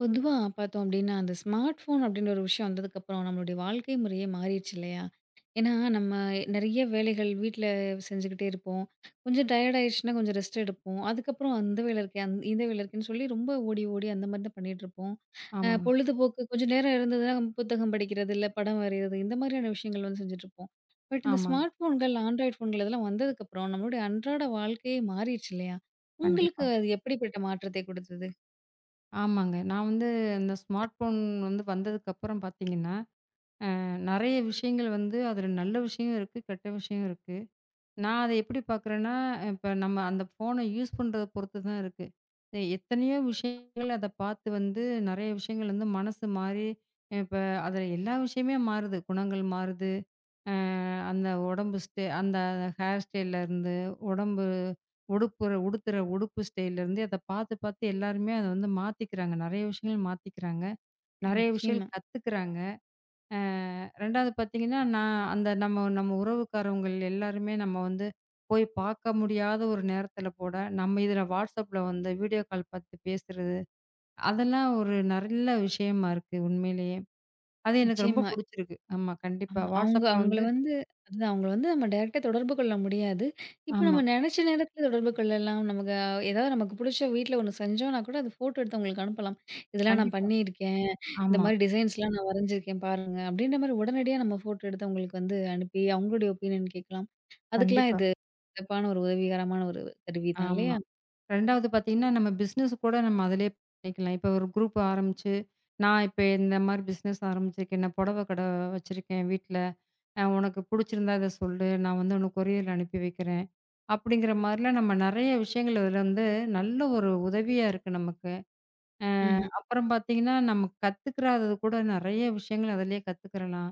பொதுவா பார்த்தோம் அப்டின்னா, அந்த ஸ்மார்ட் ஃபோன் அப்டின்ற ஒரு விஷயம் வந்ததுக்கப்புறம், நம்மளுடைய வாழ்க்கை முறையே மாறிருச்சு இல்லையா? ஏன்னா, நம்ம நெறைய வேலைகள் வீட்ல செஞ்சுக்கிட்டே இருப்போம். கொஞ்சம் டயர்ட் ஆயிடுச்சுன்னா, கொஞ்சம் ரெஸ்ட் எடுப்போம். அதுக்கப்புறம் அந்த வேல இருக்கே, இந்த வேல இருக்கேன்னு சொல்லி ரொம்ப ஓடி, ஓடி அந்த மாரி தான் பண்ணிட்டுருப்போம். ஆமாங்க, பொழுதுபோக்கு கொஞ்சம் நேரம் இருந்ததுன்னா, நம்ம புத்தகம் படிக்கிறது, இல்ல படம் வரையிறது, இந்த மாதிரியான விஷயங்கள் வந்து செஞ்சுட்டுருப்போம். பட் இந்த ஆமாங்க. ஸ்மார்ட் ஃபோன்கள், ஆண்ட்ராய்ட் ஃபோன்கள் இதெல்லாம் வந்ததுக்கப்புறம், நம்மளுடைய அன்றாட வாழ்க்கையே மாறிருச்சு இல்லையா? உங்களுக்கு கண்டிப்பா. அது எப்படிப்பட்ட மாற்றத்தை கொடுத்தது? ஆமாங்க. நான் வந்து இந்த ஸ்மார்ட் ஃபோன் வந்ததுக்கப்புறம் பார்த்தீங்கன்னா, நெறைய விஷயங்கள் வந்து அதில நல்ல விஷயம் இருக்கு, கெட்ட விஷயம் இருக்கு. நான் அத எப்படி பார்க்குறேன்னா, இப்ப நம்ம அந்த ஃபோன யூஸ் பண்றத பொறுத்து தான் இருக்கு. எத்தனையோ விஷயங்கள் அத பார்த்து வந்து நெறைய விஷயங்கள் வந்து மனசு மாறி, இப்ப அதில எல்லா விஷயமே மாறுது. குணங்கள் மாறுது. அ அந்த உடம்பு ஸ்டை அந்த ஹேர் ஸ்டைல்லருந்து, உடம்பு உடுப்புற உடுத்துற உடுப்பு ஸ்டைல்லருந்து அத பார்த்து, பார்த்து எல்லாருமே அத வந்து மாத்திக்கிறாங்க. நெறைய விஷயங்கள் மாத்திக்கிறாங்க. நெறைய நிச்சயமா, விஷயங்கள் கத்துக்கிறாங்க. அ 2வது பார்த்தீங்கன்னா, நான் அந்த நம்ம நம்ம உறவுக்காரவங்கள் எல்லாருமே நம்ம வந்து போய் பார்க்க முடியாத ஒரு நேரத்தில கூட, நம்ம இதில WhatsAppல வந்து வீடியோ கால் பார்த்து பேசுறது, அதெல்லாம் ஒரு நல்ல விஷயமா இருக்கு உண்மையிலேயே. அது எனக்கு ரொம்ப நிச்சயமா. புடிச்சிருக்கு. ஆமா, கண்டிப்பா. ஆமா. அவங்க WhatsAppல அவங்கள வந்து வந்து அதுதான் அவங்கள வந்து நம்ம டைரக்ட்டா தொடர்பு கொள்ள முடியாது. இப்ப நம்ம ஆமா, நெனச்ச நேரத்துல தொடர்பு கொள்ளலாம். நமக்கு ஏதாவது நமக்கு புடிச்ச வீட்ல ஒண்ணு செஞ்சோம்னா கூட அது ஃபோட்டோ எடுத்து அவங்களுக்கு அனுப்பலாம். இதெல்லாம் நான் கண்டிப்பா. பண்ணியிருக்கேன். இந்த ஆமா. மாரி டிசைன்ஸ்லாம் நான் வரைஞ்சிருக்கேன் பாருங்க. அப்படின்ற மாரி உடனடியா நம்ம ஃபோட்டோ எடுத்து அவங்களுக்கு வந்து அனுப்பி அவங்களுடைய ஒப்பீனியன் கேட்கலாம். அதுக்கெல்லாம் கண்டிப்பா. இது சிறப்பான ஒரு உதவிகரமான ஒரு கருவி தான் இல்லையா? ஆமா. 2வது பார்த்தீங்கன்னா, நம்ம பிசினஸ் கூட நம்ம அதிலேயே பண்ணிக்கலாம். இப்ப ஒரு குரூப் ஆரம்பிச்சு, நான் இப்ப இந்த மாரி பிசினஸ் ஆரம்பிச்சிருக்கேன். நான் புடவ கடை வச்சிருக்கேன் வீட்ல. உனக்கு புடிச்சிருந்தா இத சொல்லு. நான் வந்து உனக்கு கொரியர் அனுப்பி வைக்கிறேன். அப்படிங்கிற மாரிலாம் நம்ம நெறைய விஷயங்கள் அதில வந்து நல்ல ஒரு உதவியா இருக்கு நமக்கு. ம்ஹ்ம். அப்புறம் பார்த்தீங்கன்னா, நம்ம கத்துக்கிறாதது கூட நெறைய விஷயங்கள் அதிலேயே கத்துக்கிறலாம்.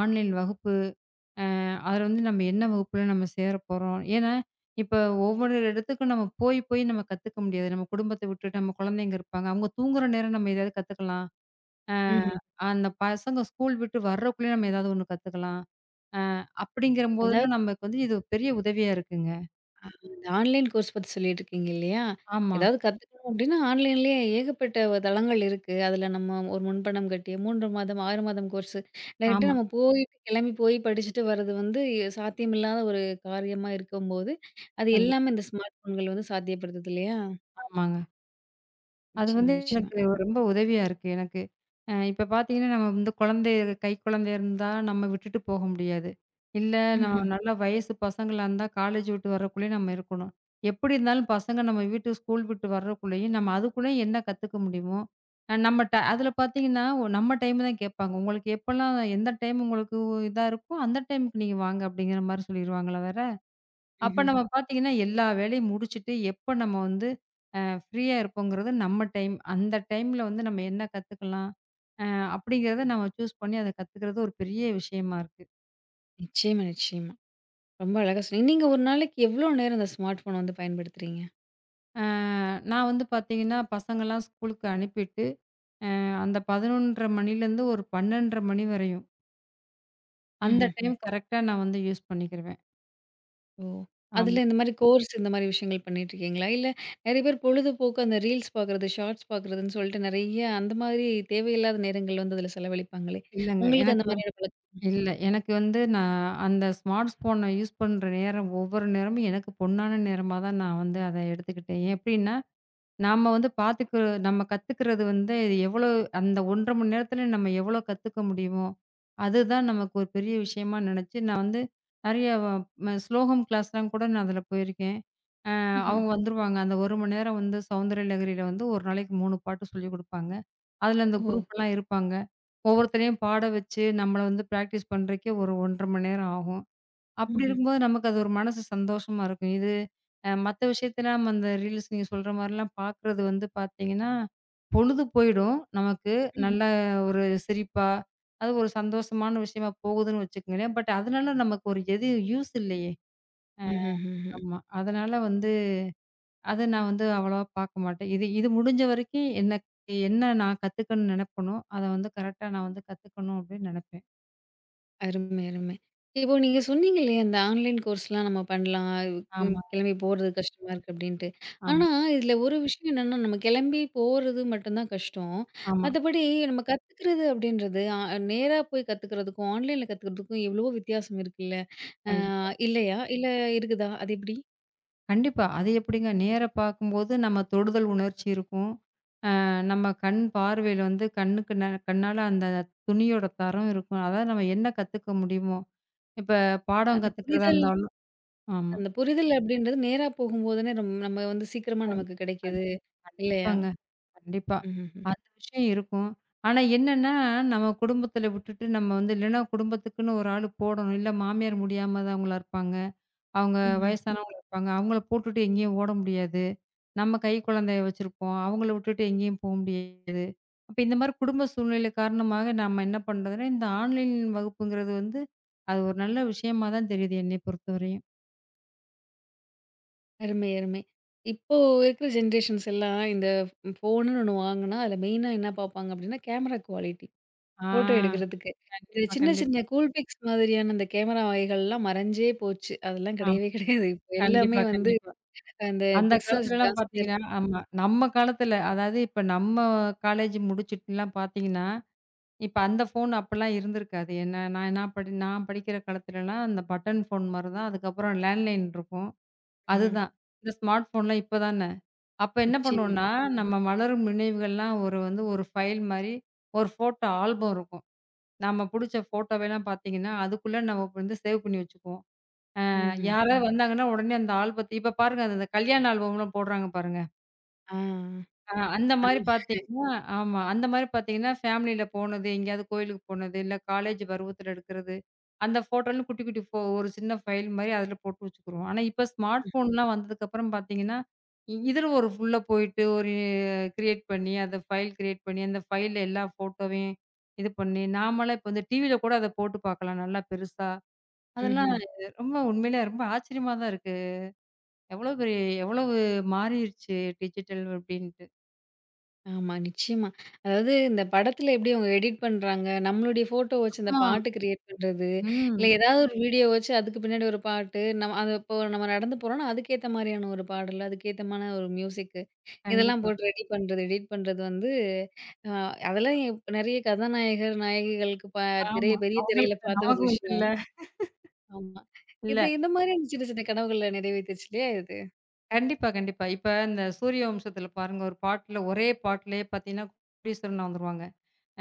ஆன்லைன் வகுப்பு அ அதுல வந்து நம்ம என்ன வகுப்புல நம்ம சேரப்போறோம்? ஏன்னா, இப்ப ஒவ்வொரு இடத்துக்கும் நம்ம போய், போய் நம்ம கத்துக்க முடியாது. நம்ம குடும்பத்த விட்டுட்டு நம்ம குழந்தைங்க இருப்பாங்க. அவங்க தூங்குற நேரம் நம்ம ஏதாவது கத்துக்கலாம். அ ம்ஹ்ம். அந்த பசங்க ஸ்கூல் விட்டு வர்றக்குள்ளயே நம்ம ஏதாவது ஒண்ணு கத்துக்கலாம். அ அப்படிங்கிற அதாவது போதெல்லாம் நமக்கு வந்து இது பெரிய உதவியா இருக்குங்க. இந்த ஆன்லைன் கோர்ஸ் பத்தி சொல்லிட்டுருக்கீங்க இல்லையா? ஆமா, ஏதாவது கத்துக்கணும் அப்டின்னா, ஆன்லைன்லயே ஏகப்பட்ட தளங்கள் இருக்கு. அதுல நம்ம ஒரு முன்பணம் கட்டி 3 மாதம், 6 மாதம் கோர்ஸு. டைரக்ட்டா ஆமா. நம்ம போயிட்டு கிளம்பி போய் படிச்சுட்டு வர்றது வந்து சாத்தியமில்லாத ஒரு காரியமா இருக்கும்போது, அது கண்டிப்பா. எல்லாமே இந்த ஸ்மார்ட் ஃபோன்கள் வந்து சாத்தியப்படுத்துது இல்லையா? ஆமாங்க. அது நிச்சயமா, வந்து நிச்சயமா. எனக்கு ரொம்ப உதவியா இருக்கு எனக்கு. இப்ப பார்த்தீங்கன்னா, நம்ம வந்து கை குழந்தை இருந்தா நம்ம விட்டுட்டு போக முடியாது. இல்ல நம்ம ம்ஹ்ம், நல்லா வயசு பசங்களா இருந்தா காலேஜ் விட்டு வரக்குள்ளேயும் நம்ம இருக்கணும். எப்படி இருந்தாலும் பசங்க நம்ம வீட்டு ஸ்கூல் விட்டு வர்றக்குள்ளேயும் நம்ம அதுக்குள்ளேயும் என்ன கத்துக்க முடியுமோ, நம்ம அதில பார்த்தீங்கன்னா, நம்ம டைம் தான் கேட்பாங்க. உங்களுக்கு எப்பலாம் எந்த டைம் உங்களுக்கு இதா இருக்கோ, அந்த டைமுக்கு நீங்க வாங்க அப்படிங்கிற மாரி சொல்லிருவாங்களா வேற? அப்ப ம்ஹ்ம். நம்ம பார்த்தீங்கன்னா, எல்லா வேலையும் முடிச்சுட்டு, எப்ப நம்ம வந்து ஃப்ரீயா இருப்போங்கிறது நம்ம டைம். அந்த டைம்ல வந்து நம்ம என்ன கத்துக்கலாம்? அ அப்படிங்கிறத நம்ம சூஸ் பண்ணி அத கத்துக்கிறது ஒரு பெரிய விஷயமா இருக்கு. நிச்சயமா, நிச்சயமா. ரொம்ப அழகா சொன்னீங்க. நீங்க ஒரு நாளைக்கு எவ்ளோ நேரம் இந்த ஸ்மார்ட் ஃபோன வந்து பயன்படுத்துறீங்க? அ நான் வந்து பார்த்தீங்கன்னா, பசங்கலாம் ஸ்கூலுக்கு அனுப்பிட்டு, அந்த 11:30 மணிலேருந்து ஒரு 12:30 மணி வரையும், அந்த ம்ஹ்ம். டைம் கரெக்ட்டா நான் வந்து யூஸ் பண்ணிக்கிருவேன். ஓ! அதில ஆமா. இந்த மாரி கோர்ஸ் இந்த மாரி விஷயங்கள் பண்ணிட்டுருக்கீங்களா? இல்ல நெறைய பேர் பொழுதுபோக்கு அந்த ரீல்ஸ் பார்க்குறது, ஷார்ட்ஸ் பார்க்குறதுன்னு சொல்லிட்டு நெறைய அந்த மாதிரி தேவையில்லாத நேரங்கள் வந்து அதில செலவழிப்பாங்களே! இல்லங்க. உங்களுக்கு எனக்கு அந்த வந் மாதிரியான பழக்கம்? இல்ல. எனக்கு வந்து நான் அந்த ஸ்மார்ட் ஃபோன யூஸ் பண்ற நேரம், ஒவ்வொரு நேரமும் எனக்கு பொன்னான நேரமா தான் நான் வந்து அத எடுத்துக்கிட்டேன். எப்படின்னா நாம வந்து பாத்துக்கு நம்ம கத்துக்கிறது வந்து எவ்வளோ அந்த 1½ மணி நேரத்துல நம்ம எவ்வளோ கத்துக்க முடியுமோ, அதுதான் நமக்கு ஒரு பெரிய விஷயமா நினைச்சு, நான் வந்து நெறைய வ ம ஸ்லோகம் கிளாஸ்லாம் கூட நான் அதுல போயிருக்கேன். அ ம்ஹ்ம். அவங்க வந்துருவாங்க. அந்த 1 மணி நேரம் வந்து சௌந்தரலகரியில வந்து ஒரு நாளைக்கு 3 பாட்டு சொல்லிக் குடுப்பாங்க. அதுல அந்த ஓஹோ! குரூப் எல்லாம் இருப்பாங்க. ஒவ்வொருத்தரையும் பாட வச்சு, நம்மள வந்து பிராக்டிஸ் பண்றதுக்கே ஒரு 1½ மணி நேரம் ஆகும். அப்படி ம்ஹ்ம். இருக்கும்போது நமக்கு அது ஒரு மனசு சந்தோஷமா இருக்கும். இது அ மத்த விஷயத்துல நம்ம அந்த ரீல்ஸ் நீங்க சொல்ற மாரிலாம் பார்க்குறது வந்து பார்த்தீங்கன்னா, பொழுது போயிடும். நமக்கு ம்ஹ்ம். நல்ல ஒரு சிரிப்பா, அது ஒரு சந்தோஷமான விஷயமா போகுதுன்னு வச்சுக்கங்களேன். பட் அதனால நமக்கு ஒரு எது யூஸ் இல்லையே! ம்ஹ்ம். ம்ஹ்ம். ஆமா. அதனால வந்து அத நான் வந்து அவ்வளவா பார்க்க மாட்டேன். இது இது முடிஞ்ச வரைக்கும் எனக்கு என்ன நான் கத்துக்கணும்னு நெனைப்பனோ, அத வந்து கரெக்ட்டா நான் வந்து கத்துக்கணும் அப்படின்னு நெனைப்பேன். அருமை, அருமை. இப்போ நீங்க சொன்னீங்க இல்லையா, இந்த ஆன்லைன் கோர்ஸ்லாம் நம்ம பண்ணலாம். ம் ஆமா, கிளம்பி போறது கஷ்டமா இருக்கு அப்டின்ட்டு. ஆமா, ஆனா, இதுல ஒரு விஷயம் என்னன்னா, நம்ம கிளம்பி போறது மட்டும் தான் கஷ்டம். ஆமா. மத்தபடி நம்ம கத்துக்கிறது அப்படின்றது, நேரா போய் கத்துக்கிறதுக்கும், ஆன்லைன்ல கத்துக்கிறதுக்கும் எவ்வளவோ வித்தியாசம் இருக்குல்ல? அ கண்டிப்பா. இல்லையா? இல்ல இருக்குதா? அது எப்படி? கண்டிப்பா. அது எப்படிங்க? நேரா பார்க்கும்போது நம்ம தொடுதல் உணர்ச்சி இருக்கும். நம்ம கண் பார்வையில வந்து கண்ணுக்கு கண்ணால அந்த துணியோட தரம் இருக்கும். அதாவது நம்ம என்ன கத்துக்க முடியுமோ, இப்ப பாடம் அந்த கத்துக்கிறதா புரிதல் இருந்தாலும் ஆமா. அந்த புரிதல் அப்படின்றது நேரா போகும்போது தானே, நம்ம வந்து சீக்கிரமா அம் நமக்கு கண் கிடைக்குது. இல்லையா? கண்டிப்பாங்க. கண்டிப்பா. ம்ஹ்ஹ்ம். அந்த விஷயம் இருக்கும். ஆனா என்னன்னா, நம்ம குடும்பத்துல விட்டுட்டு நம்ம வந்து இல்லன்னா குடும்பத்துக்குன்னு ஒரு ஆள் போடணும். இல்ல மாமியார் முடியாம தான் அவங்களா இருப்பாங்க. அவங்க ம்ஹ்ம். வயசானவங்க இருப்பாங்க. அவங்கள போட்டுட்டு எங்கேயும் ஓட முடியாது. நம்ம கை குழந்தைய வச்சிருப்போம். அவங்கள விட்டுட்டு எங்கேயும் போ முடியாது. அப்ப இந்த மாரி குடும்ப சூழ்நிலை காரணமாக நம்ம என்ன பண்றதுன்னா, இந்த ஆன்லைன் வகுப்புங்கிறது வந்து, அது ஒரு நல்ல விஷயமா தான் தெரியுது என்னைய பொறுத்தவரையும். அருமை, அருமை. இப்போ இருக்கிற ஜெனரேஷன்ஸ் எல்லாம் இந்த ஃபோனுன்னு ஒண்ணு வாங்குனா, அதில மெயினா என்ன பார்ப்பாங்க அப்டின்னா, கேமரா குவாலிட்டி. ஆ ஃபோட்டோ எடுக்கிறதுக்கு. இந்த கண்டிப்பா, சின்ன கண்டிப்பா. சின்ன கூல் பிக்ஸ் மாதிரியான அந்த கேமரா வகைகள்லாம் மறைஞ்சே போச்சு. அதெல்லாம் ஆமா. கிடையவே கிடையாது. இப்போ எல்லாமே கண்டிப்பா, வந்து கண்டிப்பா. அந்த அந்த பிக்சல்ஸ் காலத்துலலாம் ஜாஸ்தியா பார்த்தீங்கன்னா இருக்கு. ஆமா. நம்ம காலத்துல, அதாவது இப்ப நம்ம காலேஜ் முடிச்சுட்டுலாம் பார்த்தீங்கன்னா, இப்ப அந்த ஃபோன் அப்பலாம் இருந்திருக்காது. என்ன நான் நான் படி நான் படிக்கிற காலத்துலலாம் அந்த பட்டன் ஃபோன் மாரி தான். அதுக்கப்புறம் லேண்ட்லைன் இருக்கும். ம்ஹ்ம். அதுதான். இந்த ஸ்மார்ட் ஃபோன்லாம் இப்ப தான. அப்ப என்ன நிச்சயமா. பண்ணுவோம்னா, நம்ம மலரும் நினைவுகள்லாம் ஒரு ஃபைல் மாரி ஒரு ஃபோட்டோ ஆல்பம் இருக்கும். நம்ம புடிச்ச ஃபோட்டோவெல்லாம் பார்த்தீங்கன்னா, அதுக்குள்ள நம்ம வந்து சேவ் பண்ணி வச்சுக்குவோம். ம்ஹ்ம். யாராவது ஆமா. வந்தாங்கன்னா, உடனே அந்த ஆல்பத்த இப்ப பாருங்க அந்த கல்யாண ஆல்பம்லாம் போடுறாங்க பாருங்க. ஆ. அந்த அது மாரி பார்த்தீங்கன்னா ஆமா. அந்த மாரி பார்த்தீங்கன்னா, ஃபேமிலியில போனது, எங்கேயாவது கோயிலுக்கு போனது, இல்ல காலேஜ் பருவத்தில எடுக்கிறது, அந்த ஃபோட்டோலாம் குட்டி குட்டி ஒரு சின்ன ஃபைல் மாரி அதில போட்டு வச்சுக்குருவோம். ஆனா, இப்ப ஸ்மார்ட் ஃபோன்லாம் வந்ததுக்கப்புறம் பார்த்தீங்கன்னா, இதில ஒரு உள்ள போயிட்டு ஒரு கிரியேட் பண்ணி, அத ஃபைல் கிரியேட் பண்ணி, அந்த ஃபைல்ல எல்லா ஃபோட்டோவையும் இது பண்ணி, நாமலாம் இப்ப வந்து டிவியில கூட அத போட்டு பார்க்கலாம் நல்லா பெருசா. அதெல்லாம் ம்ஹ்ம். ரொம்ப உண்மையிலே ரொம்ப ஆச்சரியமா தான் இருக்கு. எவ்வளோ பெரிய எவ்வளவு மாறிருச்சு டிஜிட்டல் அப்டின்ட்டு. ஆமா, நிச்சயமா. அதாவது இந்த படத்துல எப்படி அவங்க எடிட் பண்றாங்க, நம்மளுடைய ஃபோட்டோ வச்சு அந்த ஆமா. பாட்டு கிரியேட் பண்றது, இல்ல ம். ஏதாவது ஒரு வீடியோ வச்சு அதுக்கு பின்னாடி ஒரு பாட்டு, நம்ம அது இப்போ நம்ம நடந்து போறோம்னா, அதுக்கேத்த மாரியான ஒரு பாடல், அதுக்கேத்தமான ஒரு மியூசிக்கு, இதெல்லாம் கண்டிப்பா. போட்டு ரெடி பண்றது, எடிட் பண்றது வந்து அ அதெல்லாம் நெறைய கதாநாயகர், நாயகிகளுக்கு திரை ஆமா. பெரிய திரையில அவங்களுக்கு தான், பார்த்த ஒரு நமக்கு உண்டுல்ல. விஷயம். ஆமா. இது இல்ல. இந்த மாரியான சின்ன சின்ன கனவுகள நிறைவேத்துச்சு இல்லையா இது? கண்டிப்பா, கண்டிப்பா. இப்ப இந்த சூரிய வம்சத்தில பாருங்க, ஒரு பாட்டுல ஒரே பாட்டுலயே பார்த்தீங்கன்னா, கோடீஸ்வரனா வந்துருவாங்க.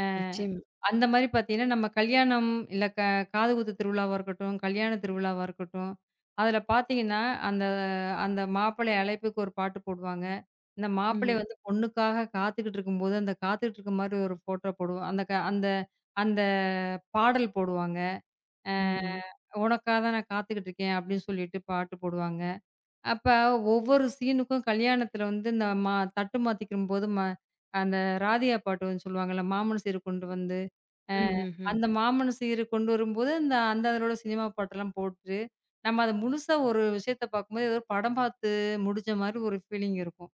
அ நிச்சயமா. அந்த மாரி பார்த்தீங்கன்னா, நம்ம கல்யாணம், இல்ல க காதுகுத்து திருவிழாவா இருக்கட்டும், கல்யாண திருவிழாவா இருக்கட்டும், அதில பார்த்தீங்கன்னா, அந்த அந்த மாப்பிள்ளை அழைப்புக்கு ஒரு பாட்டு போடுவாங்க. இந்த மாப்பிள்ளை ம்ஹ்ம். வந்து பொண்ணுக்காக காத்துக்கிட்டு இருக்கும்போது, அந்த காத்துக்கிட்டு இருக்க மாரி ஒரு ஃபோட்டோ போடுவோம். அந்த அந்த பாடல் போடுவாங்க. அ ம். உனக்காக தான் நான் காத்துக்கிட்டு இருக்கேன் அப்படின்னு சொல்லிட்டு பாட்டு போடுவாங்க. அப்ப ஒவ்வொரு சீனுக்கும் கல்யாணத்துல வந்து இந்த மா தட்டு மாத்திக்கும்போது அந்த ராதியா பாட்டு வந்து சொல்லுவாங்கல்ல, மாமன் சீர் கொண்டு வந்து, அ ம்ஹ்ம். அந்த மாமன் சீர் கொண்டு வரும்போது அந்த அந்த அதனோட சினிமா பாட்டெல்லாம் போட்டு, நம்ம அத முழுசா ஒரு விஷயத்த பார்க்கும்போது ஏதோ ஒரு படம் பார்த்து முடிச்ச மாரி ஒரு ஃபீலிங் இருக்கும்.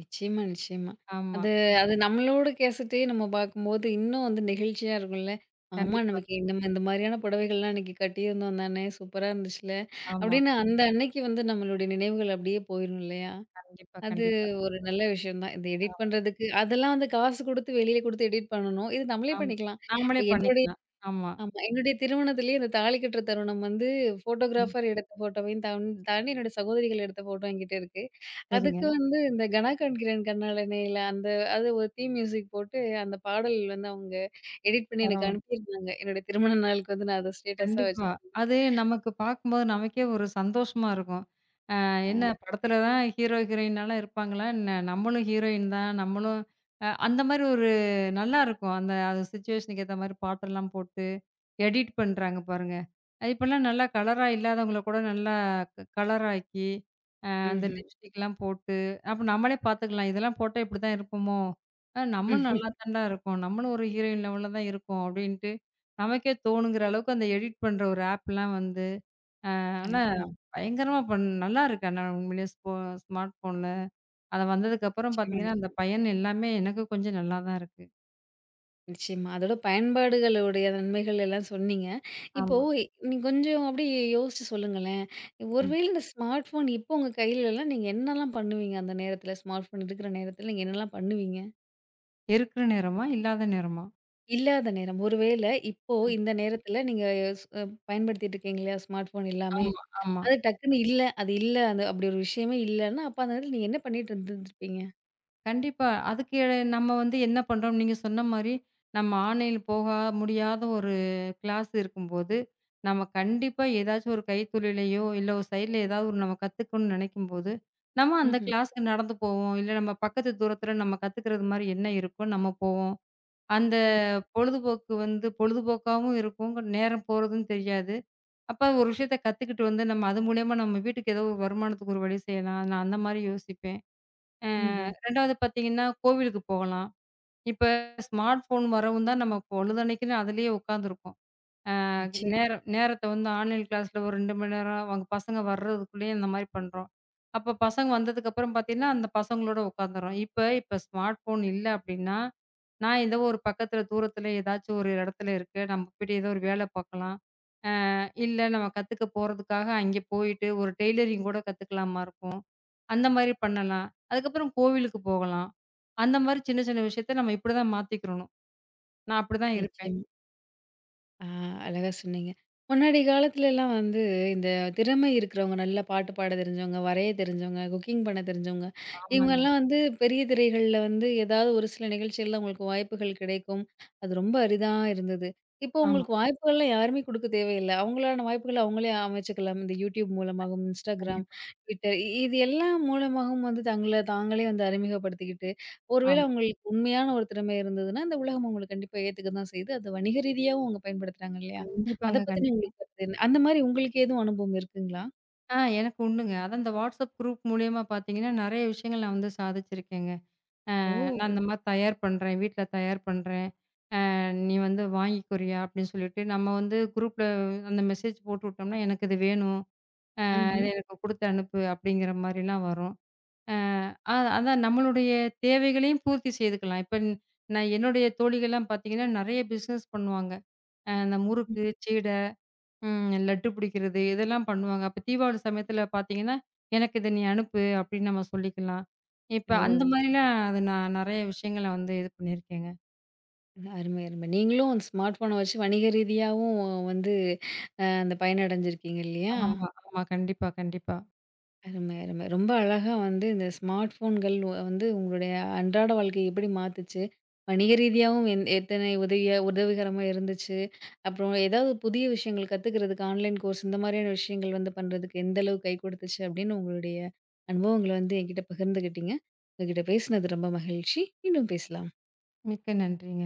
நிச்சயமா, நிச்சயமா. ஆமா. அது அது நம்மளோட கேசட்டே நம்ம பார்க்கும்போது, இன்னும் வந்து நெகிழ்ச்சியா இருக்கும்ல. ஆமா கண்டிப்பா. நமக்கு நம்ம இந்த மாரியான புடவைகள்லாம் அன்னைக்கு கட்டியிருந்தோம் தானே! சூப்பரா இருந்துச்சுல்ல. ஆமா. அப்படின்னு அந்த அன்னைக்கு வந்து நம்மளுடைய நினைவுகள் அப்படியே போயிரும் இல்லையா? கண்டிப்பா, அது கண்டிப்பா. ஒரு நல்ல விஷயம் தான். இந்த எடிட் ஆ பண்றதுக்கு அதெல்லாம் வந்து காசு குடுத்து வெளியில குடுத்து எடிட் பண்ணணும். இது நம்மளே ஆம். பண்ணிக்கலாம். இப்ப நாமளே என்னோட பண்ணிக்கலாம். ஆமா. ஆமா. என்னுடைய திருமணத்திலேயே இந்த தாலி கட்டுற தருணம் வந்து ம். ஃபோட்டோகிராஃபர் எடுத்த ஃபோட்டோவையும் தான் தாண்டி என்னோட சகோதரிகள் எடுத்த ஃபோட்டோ என்கிட்ட இருக்கு. சரிங்க. அதுக்கு வந்து இந்த "கனா கண்கிரேன் கண்ணாலனேல" அந்த அது ஒரு தீம் மியூசிக் போட்டு அந்த பாடல் வந்து அவங்க எடிட் பண்ணி எனக்கு பரவால்ல. அனுப்பியிருந்தாங்க. என்னுடைய திருமண நாளுக்கு வந்து நான் அத ஸ்டேட்டஸா வச்சு கண்டிப்பா. அது நமக்கு பார்க்கும்போது நமக்கே ஒரு சந்தோஷமா இருக்கும். அ என்ன படத்துல தான் ஹீரோ, ஹீரோயின்லாம் இருப்பாங்களா என்ன? நம்மளும் ஹீரோயின் தான். நம்மளும் அந்த மாரி ஒரு நல்லாருக்கும். அந்த அது சிச்சுவேஷனுக்கு ஏத்த மாரி பாட்டெல்லாம் போட்டு, எடிட் பண்றாங்க பாருங்க. இப்பலாம் நல்லா கலரா இல்லாதவங்கள கூட நல்லா கலராக்கி அந்த ம்ஹ்ம். லிப்ஸ்டிக்லாம் போட்டு, அப்ப நம்மளே பார்த்துக்கலாம். இதெல்லாம் போட்டா இப்படிதான் இருப்போமோ? நம்மளும் நல்லா தான்டா இருக்கோம். நம்மளும் ஒரு ஹீரோயின் லெவல்ல தான் இருக்கோம் அப்படின்ட்டு, நமக்கே தோணுங்கிற அளவுக்கு அந்த எடிட் பண்ற ஒரு ஆப்லாம் வந்து ஆனா ஆமா. பயங்கரமா நல்லாருக்கு. ஆனா உண்மையிலேயே ஸ்மார்ட் ஃபோன்ல. அது வந்ததுக்கப்புறம் நிச்சயமா. பார்த்தீங்கன்னா, அந்த பயன் எல்லாமே எனக்கு கொஞ்சம் நல்லா தான் இருக்கு. நிச்சயமா. அதோட பயன்பாடுகளுடைய நன்மைகள் எல்லாம் சொன்னீங்க. இப்போ ஆமா. நீங்க கொஞ்சம் அப்படியே யோசிச்சு சொல்லுங்களேன். ம். ஒருவேளை இந்த ஸ்மார்ட் ஃபோன் இப்போ உங்க கையிலலாம் நீங்க என்னலாம் பண்ணுவீங்க அந்த நேரத்தில? ஸ்மார்ட் ஃபோன் இருக்கிற நேரத்தில நீங்க என்னலாம் பண்ணுவீங்க? இருக்கிற நேரமா? இல்லாத நேரமா? இல்லாத நேரம் ஒருவேளை இப்போ இந்த நேரத்தில நீங்க ஸ் அ பயன்படுத்திட்டு இருக்கீங்க இல்லையா? ஸ்மார்ட் ஃபோன் எல்லாமே. ஆமா, ஆமா. அது டக்குன்னு இல்ல. அது இல்ல. அந்த அப்படி ஒரு விஷயமே இல்லன்னா, அப்ப அந்த நேரத்தில நீங்க என்ன பண்ணிட்டு இருந்திருந்திருப்பீங்க? கண்டிப்பா. அதுக்கு நம்ம வந்து என்ன பண்றோம், நீங்க சொன்ன மாரி, நம்ம ஆன்லைன்ல போக முடியாத ஒரு கிளாஸ் இருக்கும்போது, நம்ம கண்டிப்பா ஏதாச்சும் ஒரு கைத்தொழிலையோ, இல்ல ஒரு சைட்ல ஏதாவது ஒரு நம்ம கத்துக்கணும்னு நெனைக்கும்போது, நம்ம அந்த ம்ஹ்ம். கிளாஸ்க்கு நடந்து போவோம். இல்ல நம்ம பக்கத்து தூரத்தில நம்ம கத்துக்கிறது மாரி என்ன இருக்கோ, நம்ம போவோம். அந்த பொழுதுபோக்கு வந்து பொழுதுபோக்காவும் இருக்கும். நேரம் போறதும் தெரியாது. அப்ப ஒரு விஷயத்த கத்துக்கிட்டு வந்து, நம்ம அது மூலியமா நம்ம வீட்டுக்கு ஏதோ ஒரு வருமானத்துக்கு ஒரு வழி செய்யலாம். நான் அந்த மாரி யோசிப்பேன். ம்ஹ்ம். 2வது பார்த்தீங்கன்னா, கோவிலுக்கு போகலாம். இப்ப ஸ்மார்ட் ஃபோன் வரவும் தான் நம்ம பொழுதன்னைக்குன்னு அதிலேயே உட்காந்துருக்கோம். அ நிச்சயமா, நேரத்த வந்து ஆன்லைன் கிளாஸ்ல ஒரு 2 மணி நேரம் அவங்க பசங்க வர்றதுக்குள்ளேயே இந்த மாரி பண்றோம். அப்ப பசங்க வந்ததுக்கப்புறம் பார்த்தீங்கன்னா, அந்த பசங்களோட உட்காந்துர்றோம். இப்ப இப்ப ஸ்மார்ட் ஃபோன் இல்ல அப்டின்னா, நான் ஏதோ ஒரு பக்கத்துல, தூரத்துல ஏதாச்சும் ஒரு இடத்துல இருக்கேன். நம்ம போய்ட்டு ஏதோ ஒரு வேல பார்க்கலாம். இல்ல நம்ம கத்துக்க போறதுக்காக அங்கே போயிட்டு ஒரு டெய்லரிங் கூட கத்துக்கலாமா இருக்கும். அந்த மாரி பண்ணலாம். அதுக்கப்புறம் கோவிலுக்கு போகலாம். அந்த மாரி சின்ன சின்ன விஷயத்த நம்ம இப்படிதான் மாத்திக்கிறணும். நான் அப்படிதான் இருப்பேன். நிச்சயமா. ஆ அழகா சொன்னீங்க. முன்னாடி காலத்துலலாம் வந்து இந்த திறமை இருக்கிறவங்க, நல்லா பாட்டு பாட தெரிஞ்சவங்க, வரைய தெரிஞ்சவங்க, குக்கிங் பண்ண தெரிஞ்சவங்க, ஆமாங்க. இவங்கலாம் வந்து பெரிய திரைகள்ல வந்து ஏதாவது ஒரு சில நிகழ்ச்சிகள்ல உங்களுக்கு வாய்ப்புகள் கிடைக்கும். அது ரொம்ப அரிதா இருந்தது. இப்போ ஆமா. உங்களுக்கு வாய்ப்புகள்லாம் யாருமே குடுக்க தேவையில்ல. அவங்களான வாய்ப்புகள அவங்களே அமைச்சுக்கலாம். இந்த YouTube மூலமாகவும், Instagram, கண்டிப்பா. Twitter இது எல்லாம் மூலமாகவும் வந்து தங்கள தாங்களே வந்து அறிமுகப்படுத்திக்கிட்டு ஒருவேளை ஆமா. அவங்களுக்கு உண்மையான ஒரு திறமை இருந்ததுன்னா, இந்த உலகம் அவங்கள கண்டிப்பா ஏத்துக்க தான் செய்யுது. அது வணிக ரீதியாவும் அவங்க பயன்படுத்துறாங்க இல்லையா? அத கண்டிப்பாங்க, பத்தின கண்டிப்பா. உங்களுக்கு கருத்து என்ன? அந்த மாரி உங்களுக்கு எதுவும் அனுபவம் இருக்குங்களா? எனக்கு உண்டுங்க. அதான் இந்த வாட்ஸ்அப் குரூப் மூலியமா பார்த்தீங்கன்னா, நெறைய விஷயங்கள் நான் வந்து சாதிச்சிருக்கேங்க. நான் ஓ! இந்த மாரி தயார் பண்றேன். வீட்ல தயார் பண்றேன். "நீ வந்து வாங்கிக்கொறியா?" அப்படின்னு சொல்லிட்டு நம்ம வந்து குரூப்ல அந்த மெசேஜ் போட்டுவிட்டோம்னா, "எனக்கு இது வேணும்." "இத ம்ஹ்ம். எனக்கு குடுத்து அனுப்பு" அப்படிங்கிற மாரிலாம் வரும். அ அ அதான் நம்மளுடைய தேவைகளையும் பூர்த்தி செய்துக்கலாம். இப்ப நான் என்னுடைய தோழிகள்லாம் பார்த்தீங்கன்னா, நெறைய பிசினஸ் பண்ணுவாங்க. இந்த முறுக்கு, சீடை, லட்டு பிடிக்கிறது இதெல்லாம் பண்ணுவாங்க. அப்ப தீபாவளி சமயத்தில பார்த்தீங்கன்னா, "எனக்கு இத நீ அனுப்பு" அப்படின்னு நம்ம சொல்லிக்கலாம். இப்ப ஓ! அந்த மாரிலாம் அது நான் நெறைய விஷயங்கள வந்து இது பண்ணியிருக்கேங்க. அருமை, அருமை. நீங்களும் அந்த ஸ்மார்ட் ஃபோன வச்சு வணிக ரீதியாவும் வந்து அந்த பயனடைஞ்சிருக்கீங்க இல்லையா? ஆமா, ஆமா. கண்டிப்பா, கண்டிப்பா. அருமை, அருமை. ரொம்ப அழகா வந்து இந்த ஸ்மார்ட் ஃபோன்கள் வந்து உங்களுடைய அன்றாட வாழ்க்கைய எப்படி மாத்துச்சு? வணிக ரீதியாவும் என் எத்தனை உதவியா உதவிகரமா இருந்துச்சு. அப்புறம் ஏதாவது புதிய விஷயங்கள் கத்துக்கிறதுக்கு ஆன்லைன் கோர்ஸ் இந்த மாதிரியான விஷயங்கள் வந்து பண்றதுக்கு எந்த அளவுக்கு கை கொடுத்துச்சு அப்படின்னு உங்களுடைய அனுபவங்கள வந்து என்கிட்ட பகிர்ந்துக்கிட்டீங்க. உங்ககிட்ட பேசினது ரொம்ப மகிழ்ச்சி. மீண்டும் பேசலாம். மிக்க நன்றிங்க.